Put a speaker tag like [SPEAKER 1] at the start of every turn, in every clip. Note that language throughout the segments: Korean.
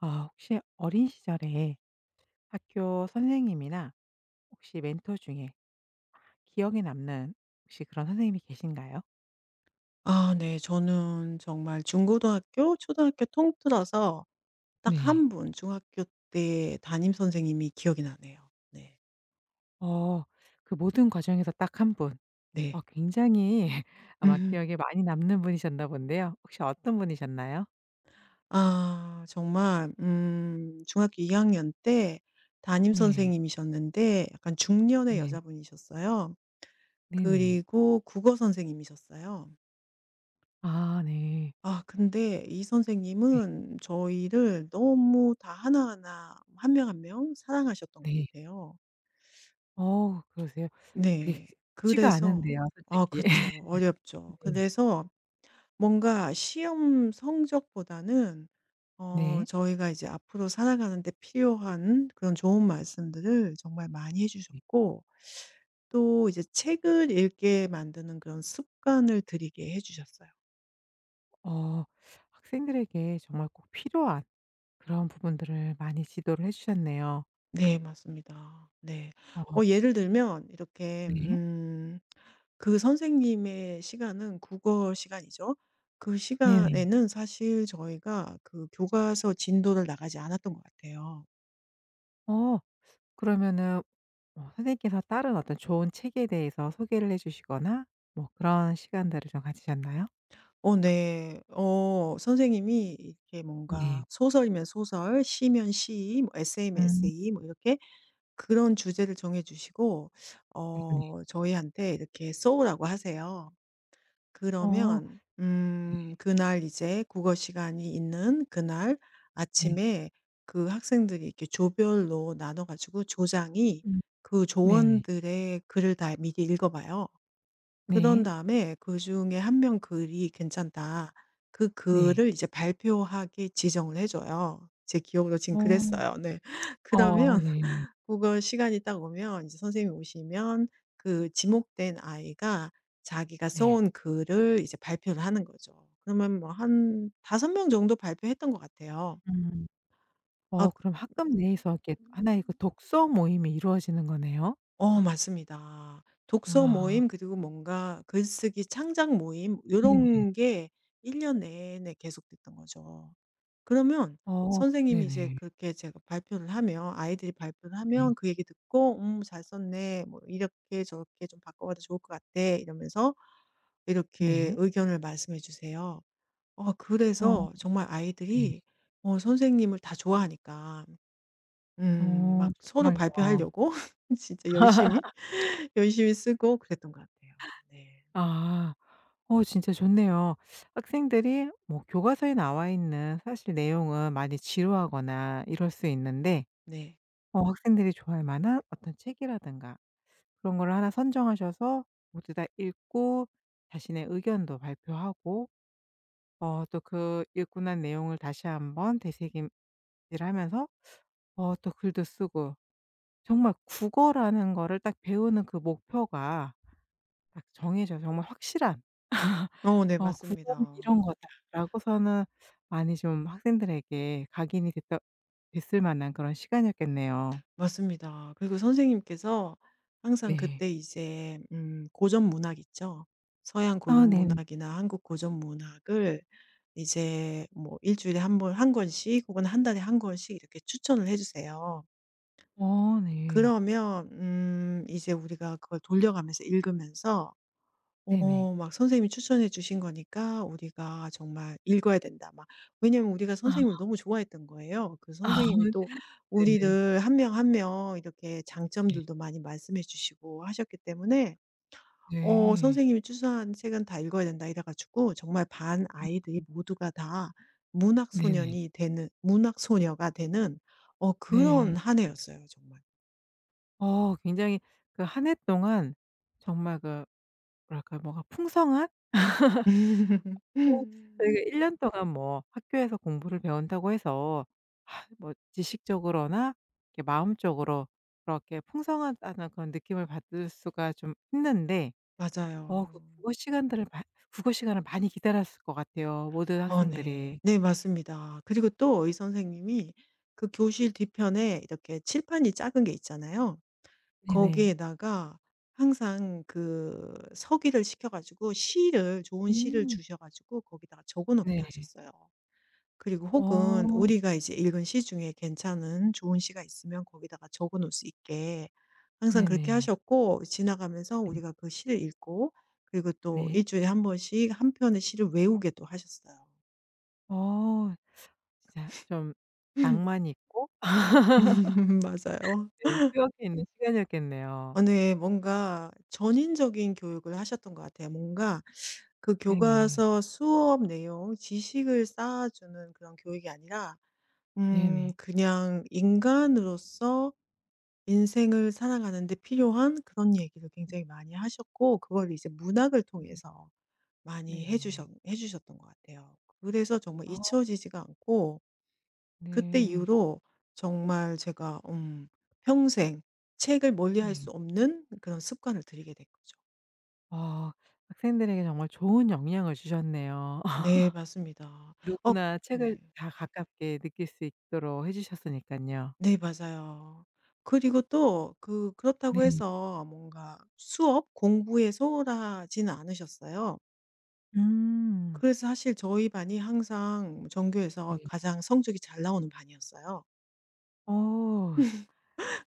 [SPEAKER 1] 아 혹시 어린 시절에 학교 선생님이나 혹시 멘토 중에 기억에 남는 혹시 그런 선생님이 계신가요?
[SPEAKER 2] 저는 정말 중고등학교, 초등학교 통틀어서 딱
[SPEAKER 1] 네.
[SPEAKER 2] 한 분 중학교 때 담임 선생님이 기억이 나네요. 네.
[SPEAKER 1] 어 그 모든 과정에서 딱 한 분. 어
[SPEAKER 2] 네.
[SPEAKER 1] 굉장히 아마 기억에 많이 남는 분이셨나 본데요. 혹시 어떤 분이셨나요?
[SPEAKER 2] 정말 중학교 2 학년 때 담임
[SPEAKER 1] 네.
[SPEAKER 2] 선생님이셨는데 약간 중년의
[SPEAKER 1] 네.
[SPEAKER 2] 여자분이셨어요.
[SPEAKER 1] 네네.
[SPEAKER 2] 그리고 국어 선생님이셨어요.
[SPEAKER 1] 아 네.
[SPEAKER 2] 근데 이
[SPEAKER 1] 네.
[SPEAKER 2] 선생님은 저희를 너무 다 하나하나 한 명 한 명 사랑하셨던 것
[SPEAKER 1] 네.
[SPEAKER 2] 같아요.
[SPEAKER 1] 어 그러세요? 그게
[SPEAKER 2] 네.
[SPEAKER 1] 쉽지가
[SPEAKER 2] 그래서
[SPEAKER 1] 않은데요
[SPEAKER 2] 아
[SPEAKER 1] 솔직히.
[SPEAKER 2] 그쵸. 어렵죠. 그래서 뭔가 시험 성적보다는
[SPEAKER 1] 네.
[SPEAKER 2] 저희가 이제 앞으로 살아가는 데 필요한 그런 좋은 말씀들을 정말 많이 해
[SPEAKER 1] 네.
[SPEAKER 2] 주셨고 또 이제 책을 읽게 만드는 그런 습관을 들이게 해 주셨어요.
[SPEAKER 1] 어 학생들에게 정말 꼭 필요한 그런 부분들을 많이 지도를 해 주셨네요.
[SPEAKER 2] 네, 맞습니다. 네.
[SPEAKER 1] 어
[SPEAKER 2] 예를 들면 이렇게
[SPEAKER 1] 네.
[SPEAKER 2] 그 선생님의 시간은 국어 시간이죠. 그
[SPEAKER 1] 네네.
[SPEAKER 2] 시간에는 사실 저희가 그 교과서 진도를 나가지 않았던 것 같아요.
[SPEAKER 1] 어 그러면은 어 선생님께서 다른 어떤 좋은 책에 대해서 소개를 해 주시거나 뭐 그런 시간들을 좀 가지셨나요?
[SPEAKER 2] 어 네. 선생님이 이렇게 뭔가
[SPEAKER 1] 네.
[SPEAKER 2] 소설이면 소설, 시면 시, 뭐 에세이면
[SPEAKER 1] 음
[SPEAKER 2] 에세이 뭐 이렇게 그런 주제를 정해 주시고
[SPEAKER 1] 네네.
[SPEAKER 2] 저희한테 이렇게 써오라고 하세요.
[SPEAKER 1] 어
[SPEAKER 2] 그러면
[SPEAKER 1] 네.
[SPEAKER 2] 그날 이제 국어 시간이 있는 그날
[SPEAKER 1] 네.
[SPEAKER 2] 아침에 그 학생들이 이렇게 조별로 나눠 가지고 조장이
[SPEAKER 1] 음
[SPEAKER 2] 그
[SPEAKER 1] 네네.
[SPEAKER 2] 조원들의 글을 다 미리 읽어 봐요. 그런
[SPEAKER 1] 네.
[SPEAKER 2] 다음에 그중에 한 명 글이 괜찮다. 그
[SPEAKER 1] 네.
[SPEAKER 2] 글을 이제 발표하게 지정을 해 줘요. 제 기억으로 지금
[SPEAKER 1] 어.
[SPEAKER 2] 그랬어요. 네.
[SPEAKER 1] 어
[SPEAKER 2] 그러면
[SPEAKER 1] 네.
[SPEAKER 2] 그거 시간이 딱 오면 이제 선생님이 오시면 그 지목된 아이가 자기가
[SPEAKER 1] 네.
[SPEAKER 2] 써온 글을 이제 발표를 하는 거죠. 그러면 뭐 한 5명 정도 발표했던 것 같아요.
[SPEAKER 1] 음.
[SPEAKER 2] 아
[SPEAKER 1] 어
[SPEAKER 2] 그
[SPEAKER 1] 그럼 학급 내에서 이렇게 하나의 그 독서 모임이 이루어지는 거네요?
[SPEAKER 2] 어 맞습니다. 독서
[SPEAKER 1] 아
[SPEAKER 2] 모임 그리고 뭔가 글쓰기 창작 모임
[SPEAKER 1] 네네.
[SPEAKER 2] 요런 게 1년 내내 계속됐던 거죠. 그러면
[SPEAKER 1] 어
[SPEAKER 2] 선생님이 이제
[SPEAKER 1] 네네.
[SPEAKER 2] 그렇게 제가 발표를 하면 아이들이 발표를
[SPEAKER 1] 네.
[SPEAKER 2] 하면 그 얘기 듣고 잘 썼네. 뭐 이렇게 저렇게 좀 바꿔 봐도 좋을 것 같아." 이러면서 이렇게
[SPEAKER 1] 네.
[SPEAKER 2] 의견을 말씀해 주세요.
[SPEAKER 1] 어.
[SPEAKER 2] 그래서 정말
[SPEAKER 1] 네.
[SPEAKER 2] 아이들이 선생님을 다 좋아하니까
[SPEAKER 1] 어
[SPEAKER 2] 막 서로
[SPEAKER 1] 정말요.
[SPEAKER 2] 발표하려고 진짜 열심히, 열심히 쓰고 그랬던 것 같아요. 네.
[SPEAKER 1] 아. 어 진짜 좋네요. 학생들이 뭐 교과서에 나와 있는 사실 내용은 많이 지루하거나 이럴 수 있는데
[SPEAKER 2] 네.
[SPEAKER 1] 어 학생들이 좋아할 만한 어떤 책이라든가 그런 거를 하나 선정하셔서 모두 다 읽고 자신의 의견도 발표하고 어 또 그 읽고 난 내용을 다시 한번 되새김질하면서 어 또 글도 쓰고 정말 국어라는 거를 딱 배우는 그 목표가 딱 정해져 정말 확실한
[SPEAKER 2] 어 네,
[SPEAKER 1] 어
[SPEAKER 2] 맞습니다.
[SPEAKER 1] '국어는 이런 거다.'라고서는 많이 좀 학생들에게 각인이 됐 됐을 만한 그런 시간이었겠네요.
[SPEAKER 2] 맞습니다. 그리고 선생님께서 항상
[SPEAKER 1] 네.
[SPEAKER 2] 그때 이제 고전 문학 있죠. 서양
[SPEAKER 1] 아
[SPEAKER 2] 고전
[SPEAKER 1] 네네.
[SPEAKER 2] 문학이나 한국 고전 문학을 이제 뭐 일 주일에 한번 한 권씩 혹은 한 달에 한 권씩 이렇게 추천을 해 주세요.
[SPEAKER 1] 어 네.
[SPEAKER 2] 그러면 이제 우리가 그걸 돌려가면서 읽으면서
[SPEAKER 1] 네네.
[SPEAKER 2] 막 선생님이 추천해 주신 거니까 우리가 정말 읽어야 된다 막 왜냐면 우리가
[SPEAKER 1] 아.
[SPEAKER 2] 선생님을 너무 좋아했던 거예요. 그
[SPEAKER 1] 아
[SPEAKER 2] 선생님이 또
[SPEAKER 1] 네네.
[SPEAKER 2] 우리를 한 명 한 명 이렇게
[SPEAKER 1] 네.
[SPEAKER 2] 장점들도 많이 말씀해 주시고 하셨기 때문에
[SPEAKER 1] 네.
[SPEAKER 2] 선생님이 추천한 책은 다 읽어야 된다 이래 가지고 정말 반 아이들이 모두가 다 문학
[SPEAKER 1] 네네.
[SPEAKER 2] 소년이 되는 문학 소녀가 되는 그런
[SPEAKER 1] 네.
[SPEAKER 2] 한 해였어요 정말.
[SPEAKER 1] 어 굉장히 그 한 해 동안 정말 그 뭐랄까 뭐가 풍성한 보통 저희가 1년 동안 뭐 학교에서 공부를 배운다고 해서 아 뭐 지식적으로나 이렇게 마음적으로 그렇게 풍성하다는 그런 느낌을 받을 수가 좀 있는데 어 그
[SPEAKER 2] 맞아요.
[SPEAKER 1] 국어 시간들을 마 국어 시간을 많이 기다렸을 것 같아요, 모든
[SPEAKER 2] 어 네.
[SPEAKER 1] 학생들이.
[SPEAKER 2] 네, 맞습니다. 그리고 또 이 선생님이 그 교실 뒤편에 이렇게 칠판이 작은 게 있잖아요.
[SPEAKER 1] 네네.
[SPEAKER 2] 거기에다가 항상 그 서기를 시켜 가지고 시를 좋은 시를
[SPEAKER 1] 음.
[SPEAKER 2] 주셔 가지고 거기다가 적어
[SPEAKER 1] 네.
[SPEAKER 2] 놓게 하셨어요. 그리고 혹은
[SPEAKER 1] 어.
[SPEAKER 2] 우리가 이제 읽은 시 중에 괜찮은 좋은 시가 있으면 거기다가 적어 놓을 수 있게 항상 그렇게
[SPEAKER 1] 네네.
[SPEAKER 2] 하셨고 지나가면서
[SPEAKER 1] 네.
[SPEAKER 2] 우리가 그 시를 읽고 그리고 또
[SPEAKER 1] 네.
[SPEAKER 2] 일 주일에 한 번씩 한 편의 시를 외우게 또 하셨어요.
[SPEAKER 1] 어 진짜 좀 낭만이 있고
[SPEAKER 2] 맞아요.
[SPEAKER 1] 네, 추억이 있는 시간이었겠네요.
[SPEAKER 2] 어 네. 뭔가 전인적인 교육을 하셨던 것 같아요. 뭔가 그
[SPEAKER 1] 네네.
[SPEAKER 2] 교과서 수업 내용 지식을 쌓아주는 그런 교육이 아니라
[SPEAKER 1] 네네.
[SPEAKER 2] 그냥 인간으로서 인생을 살아가는 데 필요한 그런 얘기를 굉장히 많이 하셨고 그걸 이제 문학을
[SPEAKER 1] 음.
[SPEAKER 2] 통해서 많이
[SPEAKER 1] 네네.
[SPEAKER 2] 해 주셨던 것 같아요. 그래서 정말
[SPEAKER 1] 아
[SPEAKER 2] 잊혀지지가 않고 그때
[SPEAKER 1] 네.
[SPEAKER 2] 이후로 정말 제가 평생 책을 멀리할
[SPEAKER 1] 네.
[SPEAKER 2] 수 없는 그런 습관을 들이게 된 거죠.
[SPEAKER 1] 아 학생들에게 정말 좋은 영향을 주셨네요.
[SPEAKER 2] 네, 맞습니다. 어
[SPEAKER 1] 누구나 책을
[SPEAKER 2] 네.
[SPEAKER 1] 다 가깝게 느낄 수 있도록 해주셨으니까요
[SPEAKER 2] 네, 맞아요. 그리고 또 그렇다고
[SPEAKER 1] 네.
[SPEAKER 2] 해서 뭔가 수업 공부에 소홀하지는 않으셨어요.
[SPEAKER 1] 음.
[SPEAKER 2] 그래서 사실 저희 반이 항상 전교에서
[SPEAKER 1] 네.
[SPEAKER 2] 가장 성적이 잘 나오는 반이었어요.
[SPEAKER 1] 어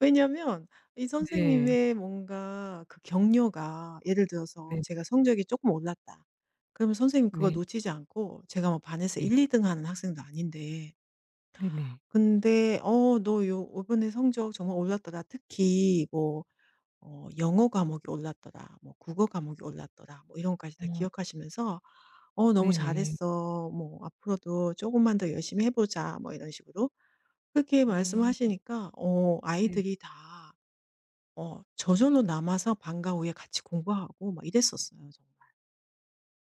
[SPEAKER 2] 왜냐면 이
[SPEAKER 1] 네.
[SPEAKER 2] 선생님의 뭔가 그 격려가 예를 들어서
[SPEAKER 1] 네.
[SPEAKER 2] 제가 성적이 조금 올랐다. 그러면 선생님이 그걸
[SPEAKER 1] 네.
[SPEAKER 2] 놓치지 않고 제가 뭐 반에서
[SPEAKER 1] 네.
[SPEAKER 2] 1-2등 하는 학생도 아닌데
[SPEAKER 1] 네네.
[SPEAKER 2] 근데 "어 너 요 이번에 성적 정말 올랐더라. 특히 뭐 어 영어 과목이 올랐더라. 뭐 국어 과목이 올랐더라." 뭐 이런 것까지 다
[SPEAKER 1] 어
[SPEAKER 2] 기억하시면서 "어 너무
[SPEAKER 1] 네네.
[SPEAKER 2] 잘했어. 뭐 앞으로도 조금만 더 열심히 해 보자." 뭐 이런 식으로 그렇게
[SPEAKER 1] 네.
[SPEAKER 2] 말씀하시니까
[SPEAKER 1] 네.
[SPEAKER 2] 아이들이 다 저절로 남아서 방과 후에 같이 공부하고 막 이랬었어요 정말.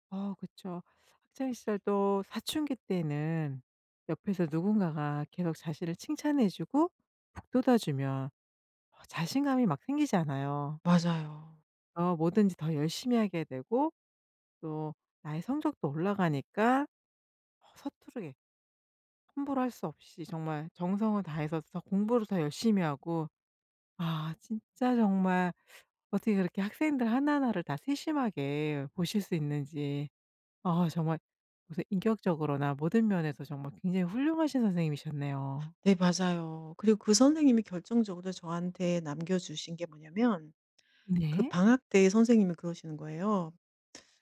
[SPEAKER 1] 아 그쵸. 학창 시절 또 사춘기 때는 옆에서 누군가가 계속 자신을 칭찬해 주고 북돋아 주면 어 자신감이 막 생기잖아요.
[SPEAKER 2] 맞아요.
[SPEAKER 1] 어 뭐든지 더 열심히 하게 되고 또 나의 성적도 올라가니까 어 서투르게 함부로 할 수 없이 정말 정성을 다해서 더 공부를 더 열심히 하고 아 진짜 정말 어떻게 그렇게 학생들 하나하나를 다 세심하게 보실 수 있는지 아 정말 무슨 인격적으로나 모든 면에서 정말 굉장히 훌륭하신 선생님이셨네요.
[SPEAKER 2] 네, 맞아요. 그리고 그 선생님이 결정적으로 저한테 남겨주신 게 뭐냐면 그
[SPEAKER 1] 네.
[SPEAKER 2] 방학 때 선생님이 그러시는 거예요.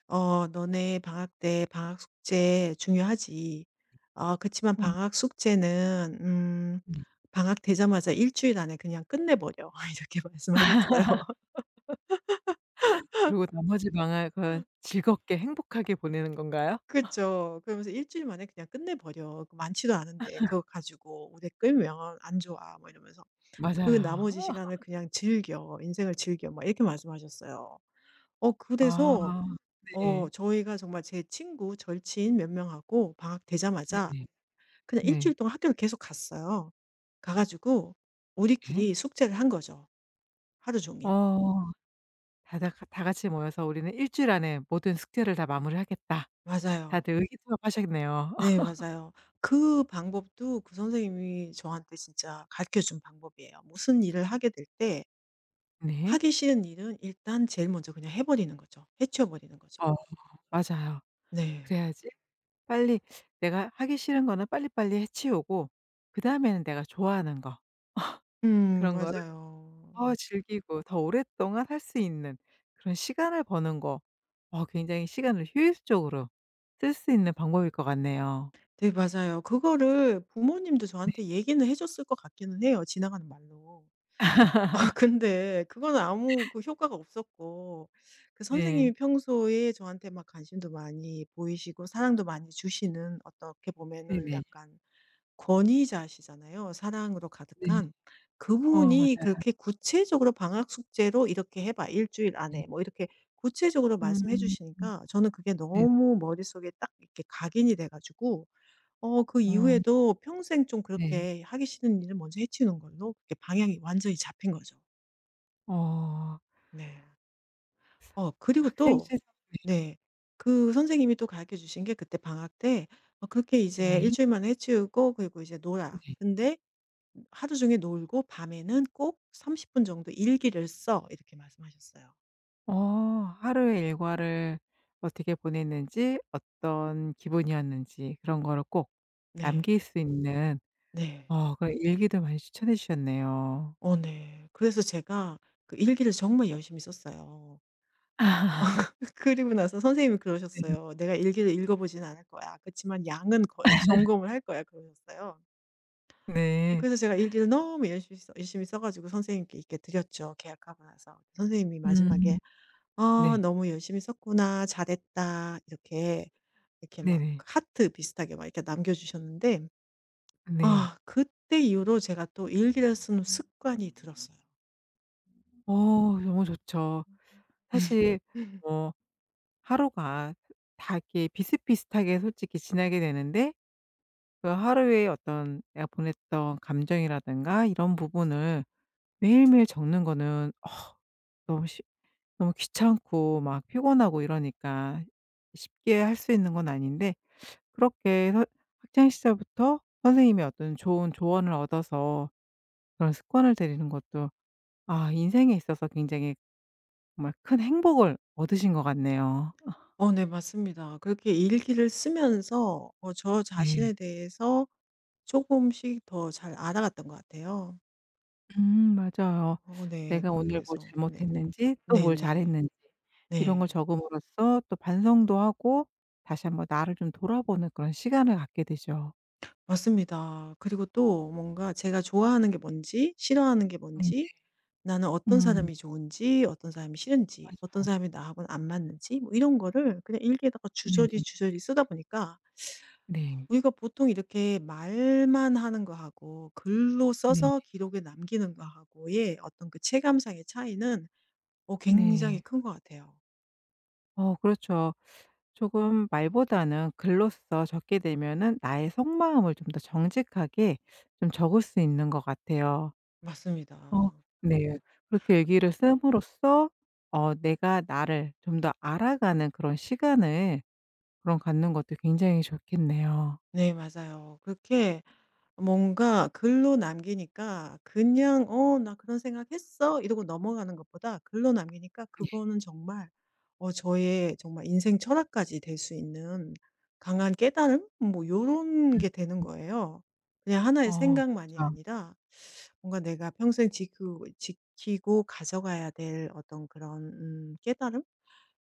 [SPEAKER 2] "어 너네 방학 때 방학 숙제 중요하지. 어 그치만
[SPEAKER 1] 어
[SPEAKER 2] 방학 숙제는
[SPEAKER 1] 네.
[SPEAKER 2] 방학 되자마자 일 주일 안에 그냥 끝내버려." 이렇게 말씀하셨어요.
[SPEAKER 1] 그리고 나머지 방학은 즐겁게 행복하게 보내는 건가요?
[SPEAKER 2] 그쵸. 그러면서 일 주일 만에 그냥 끝내버려. 그 많지도 않은데 그거 가지고 오래 끌면 안 좋아. 뭐 이러면서 "그
[SPEAKER 1] 맞아요.
[SPEAKER 2] 나머지 시간을 그냥 즐겨. 인생을 즐겨." 막 이렇게 말씀하셨어요. 그래서
[SPEAKER 1] 아 네.
[SPEAKER 2] 저희가 정말 제 친구, 절친 몇 명하고 방학 되자마자
[SPEAKER 1] 네네.
[SPEAKER 2] 그냥 일 주일
[SPEAKER 1] 네.
[SPEAKER 2] 동안 학교를 계속 갔어요. 가 가지고
[SPEAKER 1] 예?
[SPEAKER 2] 우리끼리 숙제를 한 거죠, 하루 종일.
[SPEAKER 1] 어. 다다 다 같이 모여서 '우리는 일 주일 안에 모든 숙제를 다 마무리하겠다.'
[SPEAKER 2] 맞아요.
[SPEAKER 1] 다들 의기투합하셨네요.
[SPEAKER 2] 네, 맞아요. 그 방법도 그 선생님이 저한테 진짜 가르쳐 준 방법이에요. 무슨 일을 하게 될 때
[SPEAKER 1] 네.
[SPEAKER 2] 하기 싫은 일은 일단 제일 먼저 그냥 해 버리는 거죠. 해치워 버리는 거죠.
[SPEAKER 1] 어 맞아요.
[SPEAKER 2] 네.
[SPEAKER 1] 그래야지 빨리 내가 하기 싫은 거는 빨리빨리 해 치우고 그다음에는 내가 좋아하는 거 그런 거를
[SPEAKER 2] 맞아요.
[SPEAKER 1] 더 즐기고 더 오랫동안 할 수 있는 그런 시간을 버는 거 어 굉장히 시간을 효율적으로 쓸 수 있는 방법일 것 같네요.
[SPEAKER 2] 네, 맞아요. 그거를 부모님도
[SPEAKER 1] 네.
[SPEAKER 2] 저한테 얘기는 해 줬을 것 같기는 해요, 지나가는 말로. 근데 그건 아무 효과가 없었고 그
[SPEAKER 1] 네.
[SPEAKER 2] 선생님이 평소에 저한테 막 관심도 많이 보이시고 사랑도 많이 주시는 어떻게 보면은
[SPEAKER 1] 네네.
[SPEAKER 2] 약간 권위자시잖아요, 사랑으로
[SPEAKER 1] 네.
[SPEAKER 2] 가득한.
[SPEAKER 1] 어 맞아요.
[SPEAKER 2] 그분이 그렇게 구체적으로 "방학 숙제로 이렇게 해 봐. 일 주일 안에." 뭐 이렇게 구체적으로 말씀해
[SPEAKER 1] 음.
[SPEAKER 2] 주시니까 저는 그게
[SPEAKER 1] 네네.
[SPEAKER 2] 너무 머릿속에 딱 이렇게 각인이 돼 가지고 그
[SPEAKER 1] 어
[SPEAKER 2] 이후에도 평생 좀
[SPEAKER 1] 네.
[SPEAKER 2] 그렇게 하기 싫은 일을 먼저 해치우는 걸로 그렇게 방향이 완전히 잡힌 거죠.
[SPEAKER 1] 어.
[SPEAKER 2] 네. 그리고
[SPEAKER 1] 학생
[SPEAKER 2] 또
[SPEAKER 1] 시절에 네.
[SPEAKER 2] 네. 그 선생님이 또 가르쳐 주신 게 그때 방학 때 그렇게 이제 일
[SPEAKER 1] 네.
[SPEAKER 2] 주일 만에 해치우고 그리고 이제 놀아.
[SPEAKER 1] 네.
[SPEAKER 2] 근데 하루 종일 놀고 밤에는 꼭 30분 정도 일기를 써." 이렇게 말씀하셨어요.
[SPEAKER 1] 어 하루의 일과를 어떻게 보냈는지 어떤 기분이었는지 그런 거를 꼭
[SPEAKER 2] 네.
[SPEAKER 1] 남길 수 있는
[SPEAKER 2] 네.
[SPEAKER 1] 어 그런 일기도 많이 추천해 주셨네요.
[SPEAKER 2] 어 네. 그래서 제가 그 일기를 정말 열심히 썼어요. 그리고 나서 선생님이
[SPEAKER 1] 네.
[SPEAKER 2] 그러셨어요. "내가 일기를 읽어 보진 않을 거야. 그렇지만 양은 거 점검을 할 거야." 그러셨어요.
[SPEAKER 1] 네.
[SPEAKER 2] 그래서 제가 일기를 너무 열심히 써 가지고 선생님께 이렇게 드렸죠, 계약하고 나서. 선생님이
[SPEAKER 1] 음.
[SPEAKER 2] 마지막에 "아
[SPEAKER 1] 네.
[SPEAKER 2] 너무 열심히 썼구나. 잘했다." 이렇게 막
[SPEAKER 1] 네네.
[SPEAKER 2] 하트 비슷하게 막 이렇게 남겨 주셨는데
[SPEAKER 1] 네.
[SPEAKER 2] 그때 이후로 제가 또 일기를 쓰는 습관이 들었어요.
[SPEAKER 1] 어 너무 좋죠. 사실 뭐 하루가 다 이렇게 비슷비슷하게 솔직히 지나게 되는데 그 하루에 어떤 내가 보냈던 감정이라든가 이런 부분을 매일매일 적는 거는 어 너무 쉽 너무 귀찮고 막 피곤하고 이러니까 쉽게 할 수 있는 건 아닌데 그렇게 선 학창 시절부터 선생님이 어떤 좋은 조언을 얻어서 그런 습관을 들이는 것도 아 인생에 있어서 굉장히 정말 큰 행복을 얻으신 것 같네요.
[SPEAKER 2] 어 네, 맞습니다. 그렇게 일기를 쓰면서 저
[SPEAKER 1] 네.
[SPEAKER 2] 자신에 대해서 조금씩 더 잘 알아갔던 것 같아요.
[SPEAKER 1] 맞아요.
[SPEAKER 2] 어 네.
[SPEAKER 1] 내가 네. 오늘 뭘
[SPEAKER 2] 그래서 네.
[SPEAKER 1] 잘못했는지 또
[SPEAKER 2] 네네.
[SPEAKER 1] 뭘
[SPEAKER 2] 네.
[SPEAKER 1] 잘했는지 이런 걸
[SPEAKER 2] 네,
[SPEAKER 1] 적음으로써 또 반성도 하고 다시 한번 나를 좀 돌아보는 그런 시간을 갖게 되죠.
[SPEAKER 2] 맞습니다. 그리고 또 뭔가 제가 좋아하는 게 뭔지, 싫어하는 게
[SPEAKER 1] 네네.
[SPEAKER 2] 뭔지, 나는 어떤
[SPEAKER 1] 음
[SPEAKER 2] 사람이 좋은지, 어떤 사람이 싫은지, 어떤
[SPEAKER 1] 맞아요.
[SPEAKER 2] 사람이 나하고는 안 맞는지 뭐 이런 거를 그냥 일기에다가
[SPEAKER 1] 네네.
[SPEAKER 2] 주저리주저리 쓰다 보니까
[SPEAKER 1] 네.
[SPEAKER 2] 우리가 보통 이렇게 말만 하는 거하고 글로
[SPEAKER 1] 네네.
[SPEAKER 2] 써서 기록에 남기는 거하고의 어떤 그 체감상의 차이는 굉장히
[SPEAKER 1] 네.
[SPEAKER 2] 큰 것 같아요.
[SPEAKER 1] 어 그렇죠. 조금 말보다는 글로써 적게 되면은 나의 속마음을 좀 더 정직하게 좀 적을 수 있는 것 같아요.
[SPEAKER 2] 맞습니다.
[SPEAKER 1] 어 네. 그렇게 일기를 씀으로써 어 내가 나를 좀 더 알아가는 그런 시간을 그럼 갖는 것도 굉장히 좋겠네요.
[SPEAKER 2] 네, 맞아요. 그렇게 뭔가 글로 남기니까 그냥 "어, 나 그런 생각했어." 이러고 넘어가는 것보다 글로 남기니까 그거는 정말 저의 정말 인생 철학까지 될 수 있는 강한 깨달음? 뭐 요런
[SPEAKER 1] 예.
[SPEAKER 2] 게 되는 거예요. 그냥 하나의
[SPEAKER 1] 어
[SPEAKER 2] 생각만이
[SPEAKER 1] 그쵸.
[SPEAKER 2] 아니라 뭔가 내가 평생 지키고 가져가야 될 어떤 그런 깨달음?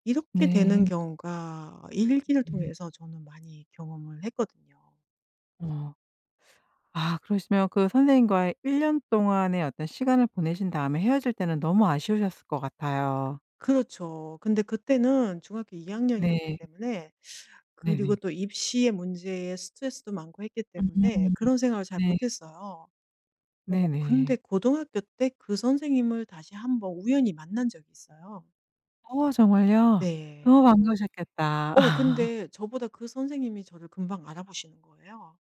[SPEAKER 2] 이렇게
[SPEAKER 1] 네.
[SPEAKER 2] 되는 경우가 일기를
[SPEAKER 1] 음.
[SPEAKER 2] 통해서 저는 많이 경험을 했거든요.
[SPEAKER 1] 어. 아 그러시면 그 선생님과의 1년 동안의 어떤 시간을 보내신 다음에 헤어질 때는 너무 아쉬우셨을 것 같아요.
[SPEAKER 2] 그렇죠. 근데 그때는 중학교 2 학년이었기
[SPEAKER 1] 네.
[SPEAKER 2] 때문에 그리고
[SPEAKER 1] 네네.
[SPEAKER 2] 또 입시의 문제에 스트레스도 많고 했기 때문에
[SPEAKER 1] 음.
[SPEAKER 2] 그런 생각을 잘
[SPEAKER 1] 네.
[SPEAKER 2] 못했어요. 근데
[SPEAKER 1] 네네.
[SPEAKER 2] 고등학교 때 그 선생님을 다시 한번 우연히 만난 적이 있어요.
[SPEAKER 1] 어 정말요? 너무
[SPEAKER 2] 네.
[SPEAKER 1] 반가우셨겠다.
[SPEAKER 2] 근데 저보다 그 선생님이 저를 금방 알아보시는 거예요.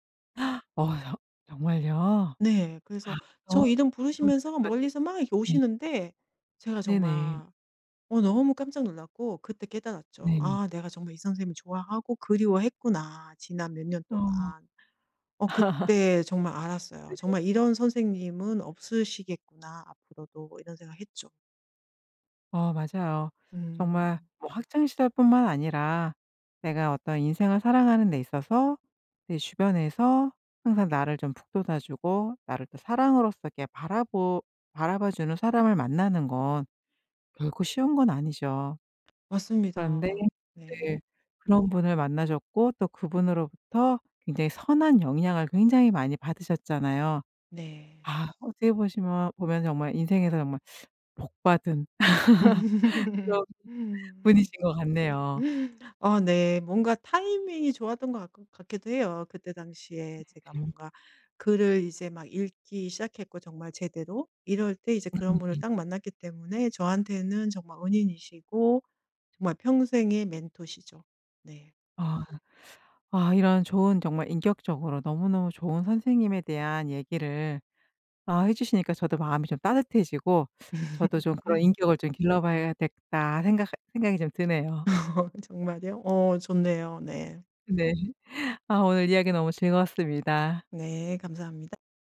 [SPEAKER 1] 어 저 정말요?
[SPEAKER 2] 네.
[SPEAKER 1] 아
[SPEAKER 2] 그래서
[SPEAKER 1] 어
[SPEAKER 2] 저 이름
[SPEAKER 1] 좋으셨을
[SPEAKER 2] 부르시면서
[SPEAKER 1] 것
[SPEAKER 2] 멀리서 막 이렇게
[SPEAKER 1] 같은데.
[SPEAKER 2] 오시는데 제가
[SPEAKER 1] 네네.
[SPEAKER 2] 정말 너무 깜짝 놀랐고 그때 깨달았죠.
[SPEAKER 1] 네네.
[SPEAKER 2] '아 내가 정말 이 선생님을 좋아하고 그리워했구나. 지난 몇 년
[SPEAKER 1] 어
[SPEAKER 2] 동안.' 그때 정말 알았어요.
[SPEAKER 1] 네.
[SPEAKER 2] '정말 이런 선생님은 없으시겠구나 앞으로도.' 이런 생각 했죠.
[SPEAKER 1] 어 맞아요.
[SPEAKER 2] 음.
[SPEAKER 1] 정말 뭐 학창 시절뿐만 아니라 내가 어떤 인생을 살아가는 데 있어서 내 주변에서 항상 나를 좀 북돋아 주고 나를 또 사랑으로서 이렇게 바라보 바라봐 주는 사람을 만나는 건 결코 쉬운 건 아니죠. 그런데
[SPEAKER 2] 맞습니다. 네.
[SPEAKER 1] 네 그런 분을 만나셨고 또 그분으로부터 굉장히 선한 영향을 굉장히 많이 받으셨잖아요.
[SPEAKER 2] 네.
[SPEAKER 1] 아 어떻게 보시면 보면 정말 인생에서 정말 복 받은 그런
[SPEAKER 2] 음,
[SPEAKER 1] 분이신 것 같네요.
[SPEAKER 2] 어 네. 뭔가 타이밍이 좋았던 것 같고 같기도 해요. 그때 당시에 제가
[SPEAKER 1] 네.
[SPEAKER 2] 뭔가 글을 이제 막 읽기 시작했고 정말 제대로 이럴 때 이제 그런 분을 딱 만났기 때문에 저한테는 정말 은인이시고 정말 평생의 멘토시죠. 네.
[SPEAKER 1] 아. 아 이런 좋은 정말 인격적으로 너무너무 좋은 선생님에 대한 얘기를 아 해 주시니까 저도 마음이 좀 따뜻해지고 저도 좀 '그런 인격을 좀 길러봐야겠다.' 생각이 좀 드네요.
[SPEAKER 2] 정말요? 어 좋네요. 네.
[SPEAKER 1] 네. 아 오늘 이야기 너무 즐거웠습니다.
[SPEAKER 2] 네. 감사합니다.